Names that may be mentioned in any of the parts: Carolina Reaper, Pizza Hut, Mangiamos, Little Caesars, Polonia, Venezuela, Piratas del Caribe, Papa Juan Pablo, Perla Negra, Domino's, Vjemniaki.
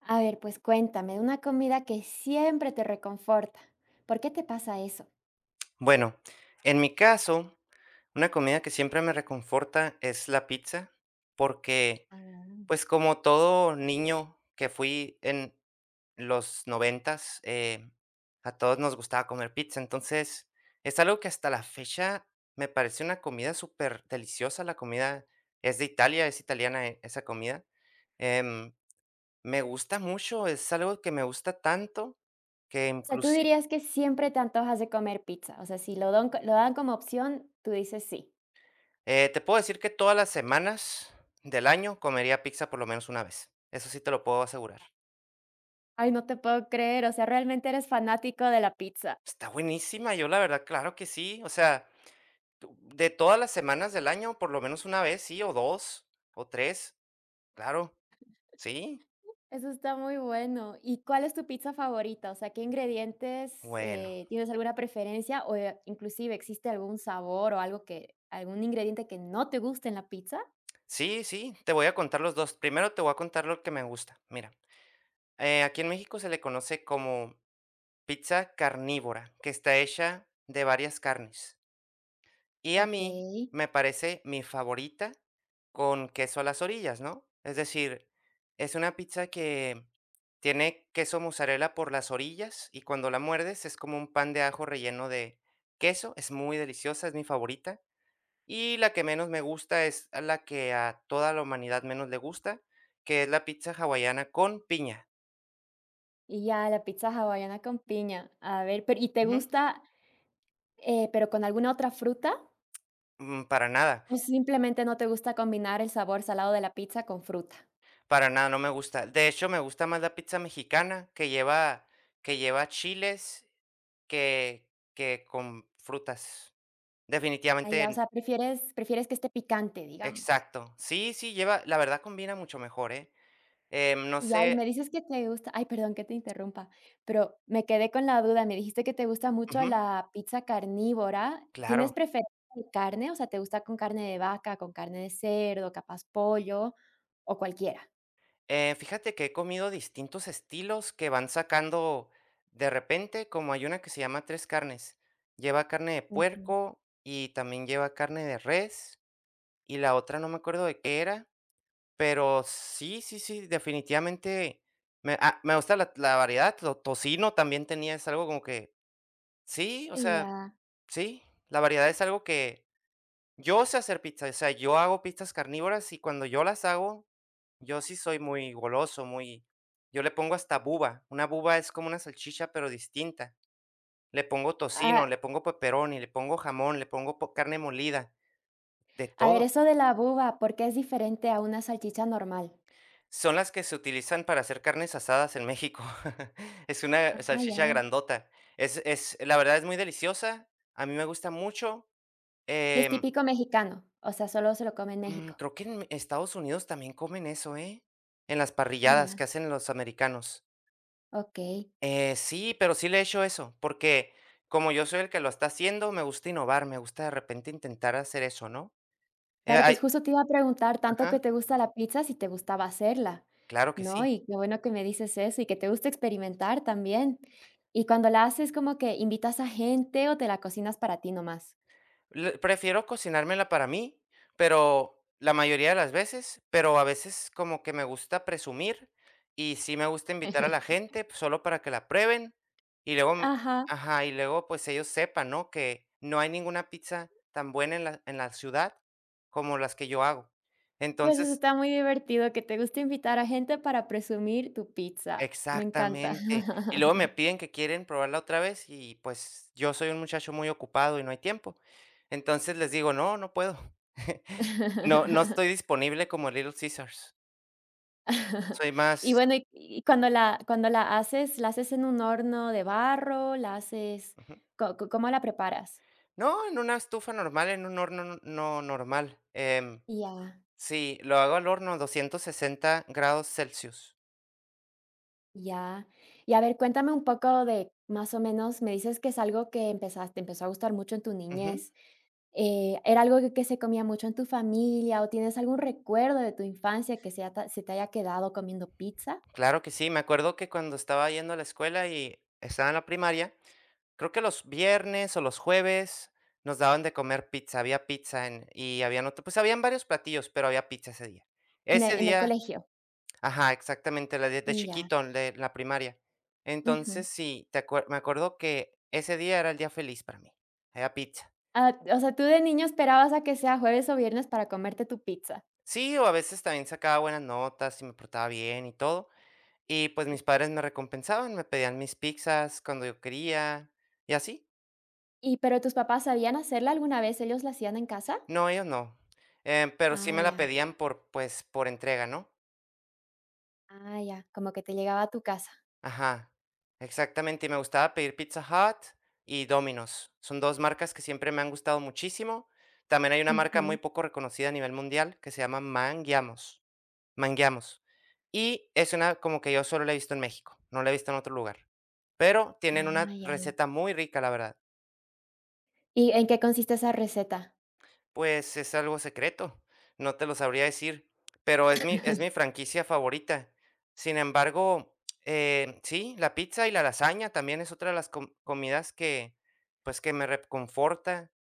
A ver, pues cuéntame, de una comida que siempre te reconforta. ¿Por qué te pasa eso? Bueno, en mi caso, una comida que siempre me reconforta es la pizza, porque, Ah. pues, como todo niño que fui en los 90s, a todos nos gustaba comer pizza. Entonces, es algo que hasta la fecha me parece una comida súper deliciosa. La comida es de Italia, es italiana esa comida. Em, me gusta mucho, es algo que me gusta tanto que O sea, tú inclusive. dirías que siempre te antojas de comer pizza. O sea, si lo don lo dan como opción, tú dices sí. Te puedo decir que todas las semanas del año comería pizza por lo menos una vez. Eso sí te lo puedo asegurar. Ay, no te puedo creer, o sea, realmente eres fanático de la pizza. Está buenísima, yo la verdad, claro que sí. O sea, de todas las semanas del año, por lo menos una vez, sí, o dos, o tres, claro, sí. Eso está muy bueno. ¿Y cuál es tu pizza favorita? O sea, ¿qué ingredientes, Bueno, tienes alguna preferencia o, inclusive existe algún sabor o algo que algún ingrediente que no te guste en la pizza? sí, sí, te voy a contar los dos. Primero te voy a contar lo que me gusta. Mira, aquí en México se le conoce como pizza carnívora, que está hecha de varias carnes. Y a mí Okey. me parece mi favorita con queso a las orillas, ¿no? Es decir, es una pizza que tiene queso mozzarella por las orillas y cuando la muerdes es como un pan de ajo relleno de queso. Es muy deliciosa, es mi favorita. Y la que menos me gusta es a la que a toda la humanidad menos le gusta, que es la pizza hawaiana con piña. Y ya, la pizza hawaiana con piña. A ver, pero ¿y te Ujú. gusta, pero con alguna otra fruta? Para nada, ¿O simplemente no te gusta combinar el sabor salado de la pizza con fruta? para nada, no me gusta. De hecho, me gusta más la pizza mexicana que lleva chiles. Que que con frutas. Ah, ya, o Definitivamente, sea, prefieres que esté picante, digamos. exacto. Sí, sí, lleva, la verdad combina mucho mejor, ¿eh? No Y ya, y me sé. dices que te gusta ay, perdón que te interrumpa, pero me quedé con la duda. Me dijiste que te gusta mucho Ujú, la pizza carnívora. ¿Tienes claro. preferencia de carne? O sea, ¿te gusta con carne de vaca, con carne de cerdo, capaz pollo o cualquiera? Fíjate que he comido distintos estilos que van sacando de repente, como hay una que se llama Tres Carnes. Lleva carne de Ujú. puerco y también lleva carne de res, y la otra no me acuerdo de qué era, pero sí, sí, sí, definitivamente me gusta la variedad. Lo tocino también tenía, es algo como que sí. O Y sea, ya. sí, la variedad es algo que yo sé hacer pizza, o sea, yo hago pizzas carnívoras y cuando yo las hago, yo sí soy muy goloso, muy yo le pongo hasta buba, una buba es como una salchicha, pero distinta. Le pongo tocino, Ah, le pongo pepperoni, le pongo jamón, le pongo carne molida, de a ver, todo. eso de la buba, ¿por qué es diferente a una salchicha normal? Son las que se utilizan para hacer carnes asadas en México. Es una Ah, ya. salchicha grandota. Es, la verdad es muy deliciosa, a mí me gusta mucho. Y es em, típico mexicano, o sea, solo se lo come en Mm, México. creo que en Estados Unidos también comen eso, ¿eh? En las Ah, parrilladas ya. que hacen los americanos. Okey. Sí, pero sí le he hecho eso, porque como yo soy el que lo está haciendo, me gusta innovar, me gusta de repente intentar hacer eso, ¿no? Claro, pues Hay justo te iba a preguntar, tanto que Ajá, te gusta la pizza, si te gustaba hacerla, claro que ¿no? sí. Y qué bueno que me dices eso y que te gusta experimentar también. Y cuando la haces, ¿como que invitas a gente o te la cocinas para ti nomás? Le prefiero cocinármela para mí, pero la mayoría de las veces, pero a veces como que me gusta presumir y sí me gusta invitar a la gente, pues, solo para que la prueben y luego, Ajá. ajá, y luego, pues, ellos sepan, ¿no?, que no hay ninguna pizza tan buena en la ciudad como las que yo hago. Pues eso Entonces, está muy divertido, que te gusta invitar a gente para presumir tu pizza. Me encanta. exactamente. Y luego me piden que quieren probarla otra vez y, pues, yo soy un muchacho muy ocupado y no hay tiempo. Entonces les digo: "No, no puedo". No, no estoy disponible como Little Caesars. Soy Y más. bueno, y cuando la haces, ¿la haces en un horno de barro? ¿La haces Ujú. co co cómo la preparas? No, en una estufa normal, en un horno no normal. Em, Ya, sí, lo hago al horno, 260 grados Celsius. ya. Y a ver, cuéntame un poco de, más o menos, me dices que es algo que empezaste empezó a gustar mucho en tu Ujú. niñez. ¿Era algo que se comía mucho en tu familia o tienes algún recuerdo de tu infancia que sea ta se te haya quedado comiendo pizza? Claro que sí, me acuerdo que cuando estaba yendo a la escuela y estaba en la primaria, creo que los viernes o los jueves nos daban de comer pizza, había pizza en y habían otro, pues, habían varios platillos, pero había pizza ese día. Ese En el día. colegio. Ajá, exactamente, la de Ya, chiquito, de la primaria. ujú. Entonces, sí, te acue me acuerdo que ese día era el día feliz para mí, había pizza. Ah, o sea, tú de niño esperabas a que sea jueves o viernes para comerte tu pizza. Sí, o a veces también sacaba buenas notas y me portaba bien y todo, y pues mis padres me recompensaban, me pedían mis pizzas cuando yo quería y así. ¿Y pero tus papás sabían hacerla alguna vez? ¿Ellos la hacían en casa? No, ellos no, pero Ah, sí me la ya, pedían por, pues, por entrega, ¿no? ah, ya, como que te llegaba a tu casa. Ajá, exactamente, y me gustaba pedir Pizza Hut y Domino's. Son 2 marcas que siempre me han gustado muchísimo. También hay una marca muy Ujú. poco reconocida a nivel mundial que se llama Mangiamos, Mangiamos, y es una, como que yo solo la he visto en México, no la he visto en otro lugar, pero tienen Ah, una ya. receta muy rica, la verdad. ¿Y en qué consiste esa receta? Pues, es algo secreto, no te lo sabría decir, pero es mi franquicia favorita. Sin embargo, sí, la pizza y la lasaña también es otra de las comidas que, pues, que me reconforta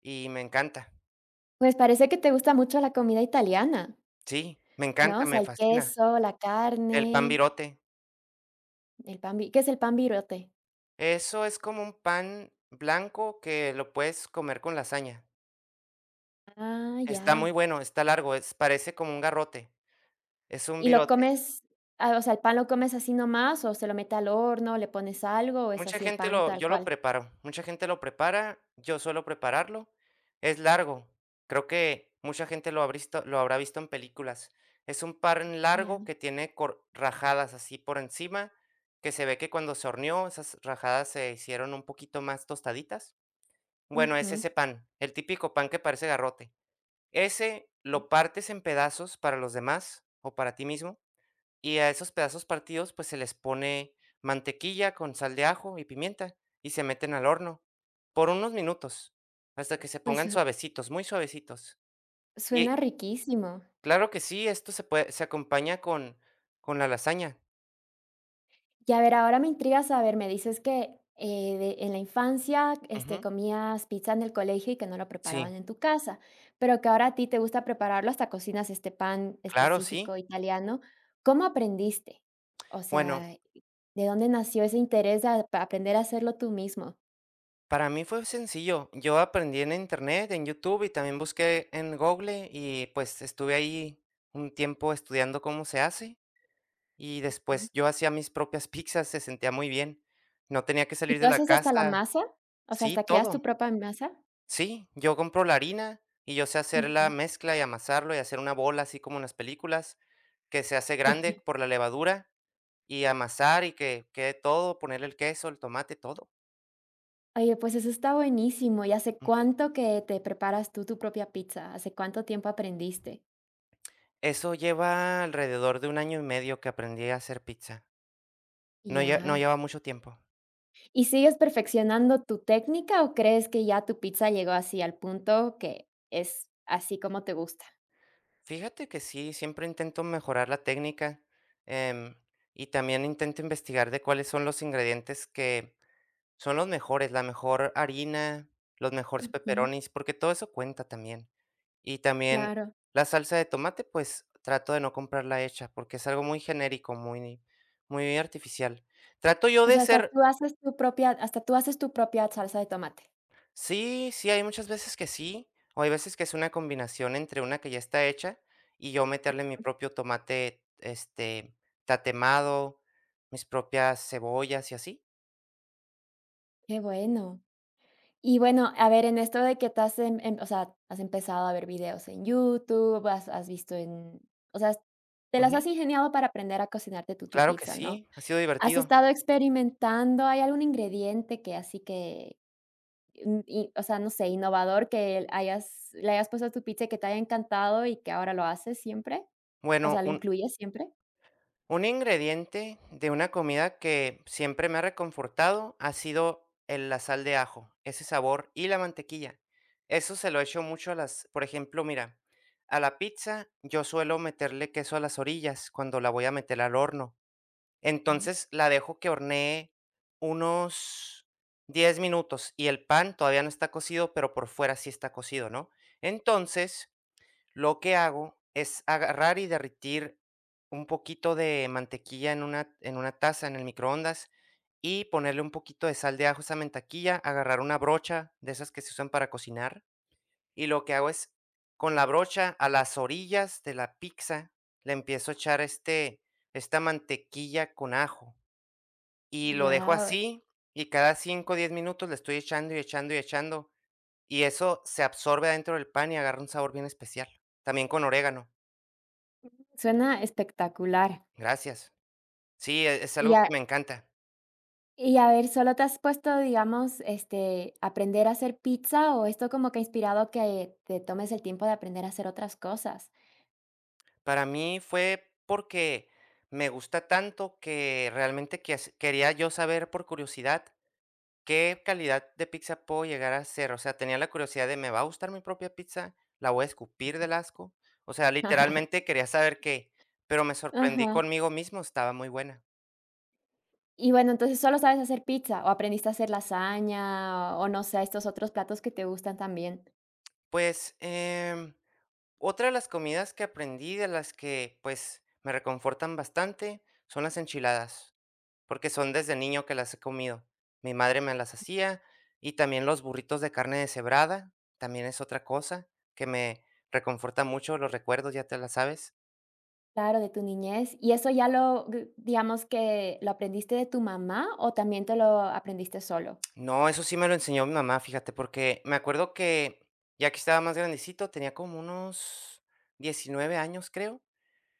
y me encanta. Pues parece que te gusta mucho la comida italiana, Sí, me ¿no? encanta, O sea, me el fascina. queso, la El pan carne, birote. el pan vi ¿qué es el pan birote? Eso es como un pan blanco que lo puedes comer con lasaña. Ah, Está muy ya. bueno, está largo, es parece como un garrote, es un ¿Y lo virote. comes? Ah, o sea, ¿el pan lo comes así nomás o se lo mete al horno, le pones algo o es Mucha así el gente pan lo tal Yo lo cual? preparo, mucha gente lo prepara, yo suelo prepararlo. Es largo, creo que mucha gente lo ha visto. Lo habrá visto en películas. Es un pan Ya. largo que tiene cor rajadas así por encima, que se ve que cuando se horneó, esas rajadas se hicieron un poquito más tostaditas. Bueno, es Ujú. ese pan, el típico pan que parece garrote. Ese lo partes en pedazos para los demás o para ti mismo y a esos pedazos partidos, pues, se les pone mantequilla con sal de ajo y pimienta, y se meten al horno por unos minutos, hasta que se Pues, pongan suavecitos, muy suavecitos. Y suena riquísimo. claro que sí, esto se acompaña con la lasaña. Y a ver, ahora me intriga saber, me dices que, de en la infancia, este, Ujú. comías pizza en el colegio y que no lo Sí, preparaban en tu casa, pero que ahora a ti te gusta prepararlo, hasta cocinas este pan claro, específico sí. italiano, ¿cómo aprendiste? O Bueno, sea, ¿de dónde nació ese interés de ap aprender a hacerlo tú mismo? para mí fue sencillo. Yo aprendí en Internet, en YouTube, y también busqué en Google, y, pues, estuve ahí un tiempo estudiando cómo se hace. Y Ujú. después yo hacía mis propias pizzas, se sentía muy bien. No tenía que ¿Y salir tú de la haces hasta la casa. masa? O sea, Sí, ¿hasta creas tu todo. propia masa? Sí, yo compro la harina y yo sé hacer la Ujú. mezcla y amasarlo y hacer una bola así como en las películas, que se hace grande por la levadura y amasar y que quede todo, ponerle el queso, el tomate, todo. Oye, pues eso está buenísimo, ¿y hace Ujú. cuánto que te preparas tú tu propia pizza? ¿Hace cuánto tiempo aprendiste? Eso lleva alrededor de un año y medio que aprendí a hacer pizza. No Ya. lleva mucho tiempo. ¿Y sigues perfeccionando tu técnica o crees que ya tu pizza llegó así al punto que es así como te gusta? Fíjate que sí, siempre intento mejorar la técnica, em, y también intento investigar de cuáles son los ingredientes que son los mejores, la mejor harina, los mejores Ujú, pepperonis, porque todo eso cuenta también. Y también claro. la salsa de tomate, pues trato de no comprarla hecha, porque es algo muy genérico, muy, muy artificial. Trato yo O de sea, ser. Hasta tú haces tu propia salsa de tomate. Sí, sí, hay muchas veces que sí, o hay veces que es una combinación entre una que ya está hecha y yo meterle mi propio tomate, este, tatemado, mis propias cebollas y así. Qué bueno. Y bueno, a ver, en esto de que te has o sea, has empezado a ver videos en YouTube, has visto en o sea, te las Ujú. has ingeniado para aprender a cocinarte tú tu Claro que pizza, ¿no? sí, ha sido ¿Has divertido. estado experimentando? ¿Hay algún ingrediente que así que mm, y, o sea, no sé, innovador que hayas le hayas puesto a tu pizza y que te haya encantado y que ahora lo haces siempre? O Bueno, sea, ¿lo un incluyes siempre? Un ingrediente de una comida que siempre me ha reconfortado ha sido la sal de ajo, ese sabor y la mantequilla. Eso se lo echo mucho a las, por ejemplo, mira, a la pizza yo suelo meterle queso a las orillas cuando la voy a meter al horno. Mm, Entonces la dejo que hornee unos 10 minutos y el pan todavía no está cocido, pero por fuera sí está cocido, ¿no? Entonces lo que hago es agarrar y derretir un poquito de mantequilla en una taza en el microondas y ponerle un poquito de sal de ajo a esa mantequilla, agarrar una brocha de esas que se usan para cocinar, y lo que hago es con la brocha a las orillas de la pizza le empiezo a echar, este, esta mantequilla con ajo y lo dejo ya, así, y cada 5 o 10 minutos le estoy echando y echando y echando, y eso se absorbe adentro del pan y agarra un sabor bien especial, también con orégano. suena espectacular. Gracias. Sí, es Y algo que me encanta. y a ver, ¿solo te has puesto, digamos, este, aprender a hacer pizza o esto como que ha inspirado que te tomes el tiempo de aprender a hacer otras cosas? Para mí fue porque me gusta tanto que realmente quias quería yo saber por curiosidad qué calidad de pizza puedo llegar a hacer. O sea, tenía la curiosidad de, ¿me va a gustar mi propia pizza? ¿La voy a escupir del asco? O sea, literalmente quería saber qué, pero me Ajá. sorprendí conmigo mismo, estaba muy buena. Y bueno, entonces solo sabes hacer pizza o aprendiste a hacer lasaña o no sé, estos otros platos que te gustan también. Pues, otra de las comidas que aprendí, de las que, pues, me reconfortan bastante, son las enchiladas, porque son desde niño que las he comido. Mi madre me las hacía y también los burritos de carne deshebrada, también es otra cosa que me reconforta mucho, los recuerdos, ya te la sabes. Claro, de tu niñez. ¿Y eso ya lo, digamos que lo aprendiste de tu mamá o también te lo aprendiste solo? No, eso sí me lo enseñó mi mamá, fíjate, porque me acuerdo que ya que estaba más grandecito, tenía como unos 19 años, creo.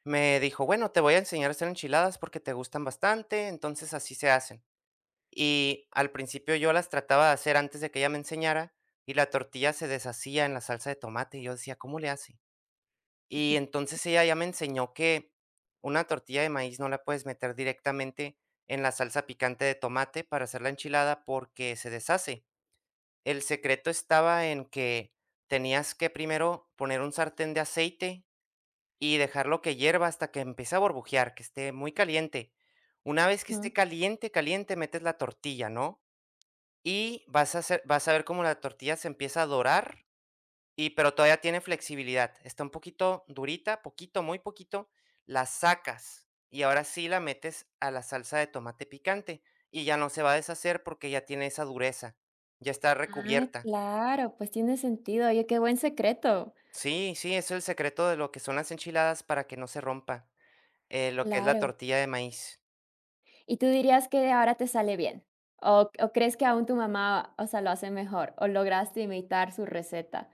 Me dijo, bueno, te voy a enseñar a hacer enchiladas porque te gustan bastante, entonces así se hacen. Y al principio yo las trataba de hacer antes de que ella me enseñara, y la tortilla se deshacía en la salsa de tomate, y yo decía: "¿Cómo le hace?". Y entonces ella ya me enseñó que una tortilla de maíz no la puedes meter directamente en la salsa picante de tomate para hacer la enchilada porque se deshace. El secreto estaba en que tenías que primero poner un sartén de aceite y dejarlo que hierva hasta que empiece a burbujear, que esté muy caliente. Una vez que esté Ujú. caliente, caliente, metes la tortilla, ¿no? Y vas a ver cómo la tortilla se empieza a dorar y pero todavía tiene flexibilidad. Está un poquito durita, poquito, muy poquito, la sacas y ahora sí la metes a la salsa de tomate picante y ya no se va a deshacer porque ya tiene esa dureza, ya está Ah, recubierta. claro, pues tiene sentido. Oye, qué buen secreto. Sí, sí, es el secreto de lo que son las enchiladas para que no se rompa, lo que es la Claro. tortilla de maíz. ¿Y tú dirías que ahora te sale bien? ¿O crees que aún tu mamá, o sea, lo hace mejor, o lograste imitar su receta?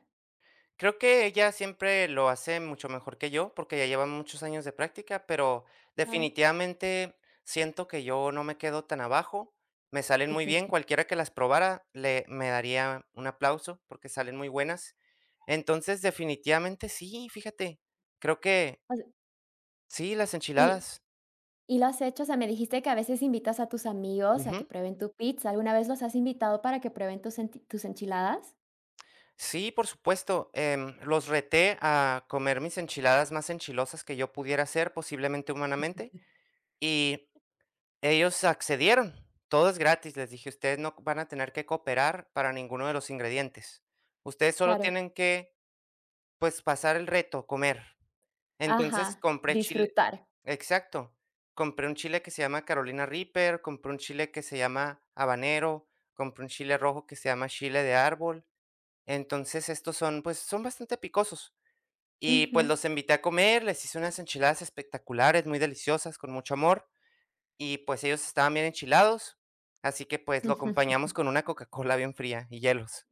Creo que ella siempre lo hace mucho mejor que yo, porque ya lleva muchos años de práctica, pero Ah. definitivamente siento que yo no me quedo tan abajo. Me salen muy bien, cualquiera que las probara le me daría un aplauso porque salen muy buenas. Entonces, definitivamente sí, fíjate, creo que O se sí, las ¿y enchiladas. y lo has hecho? O sea, me dijiste que a veces invitas a tus amigos a que Ujú. prueben tu pizza, ¿alguna vez los has invitado para que prueben tus enchiladas? Sí, por supuesto. Los reté a comer mis enchiladas más enchilosas que yo pudiera hacer, posiblemente humanamente. Y ellos accedieron, todo es gratis, les dije: "Ustedes no van a tener que cooperar para ninguno de los ingredientes. Ustedes solo Claro. tienen que, pues, pasar el reto, comer". Entonces, Ajá, compré chile. disfrutar. Exacto, compré un chile que se llama Carolina Reaper, compré un chile que se llama habanero, compré un chile rojo que se llama chile de árbol. Entonces, estos son, pues, son bastante picosos. Y, Ujú. pues, los invité a comer, les hice unas enchiladas espectaculares, muy deliciosas, con mucho amor. Y, pues, ellos estaban bien enchilados, así que, pues, lo acompañamos con una Coca-Cola bien fría y hielos.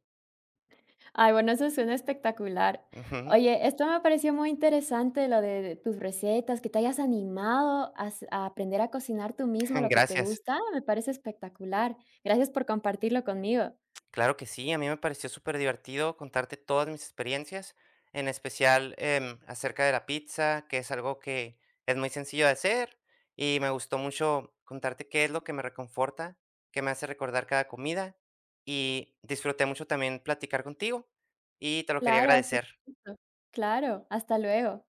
Ay, bueno, eso suena espectacular. Ujú. Oye, esto me pareció muy interesante, lo de tus recetas, que te hayas animado a, a aprender a cocinar tú mismo lo que te Gracias. gusta, me parece espectacular. Gracias por compartirlo conmigo. Claro que sí, a mí me pareció súper divertido contarte todas mis experiencias, en especial, acerca de la pizza, que es algo que es muy sencillo de hacer, y me gustó mucho contarte qué es lo que me reconforta, qué me hace recordar cada comida, y disfruté mucho también platicar contigo, y te lo quería Claro, así. agradecer. Claro, hasta luego.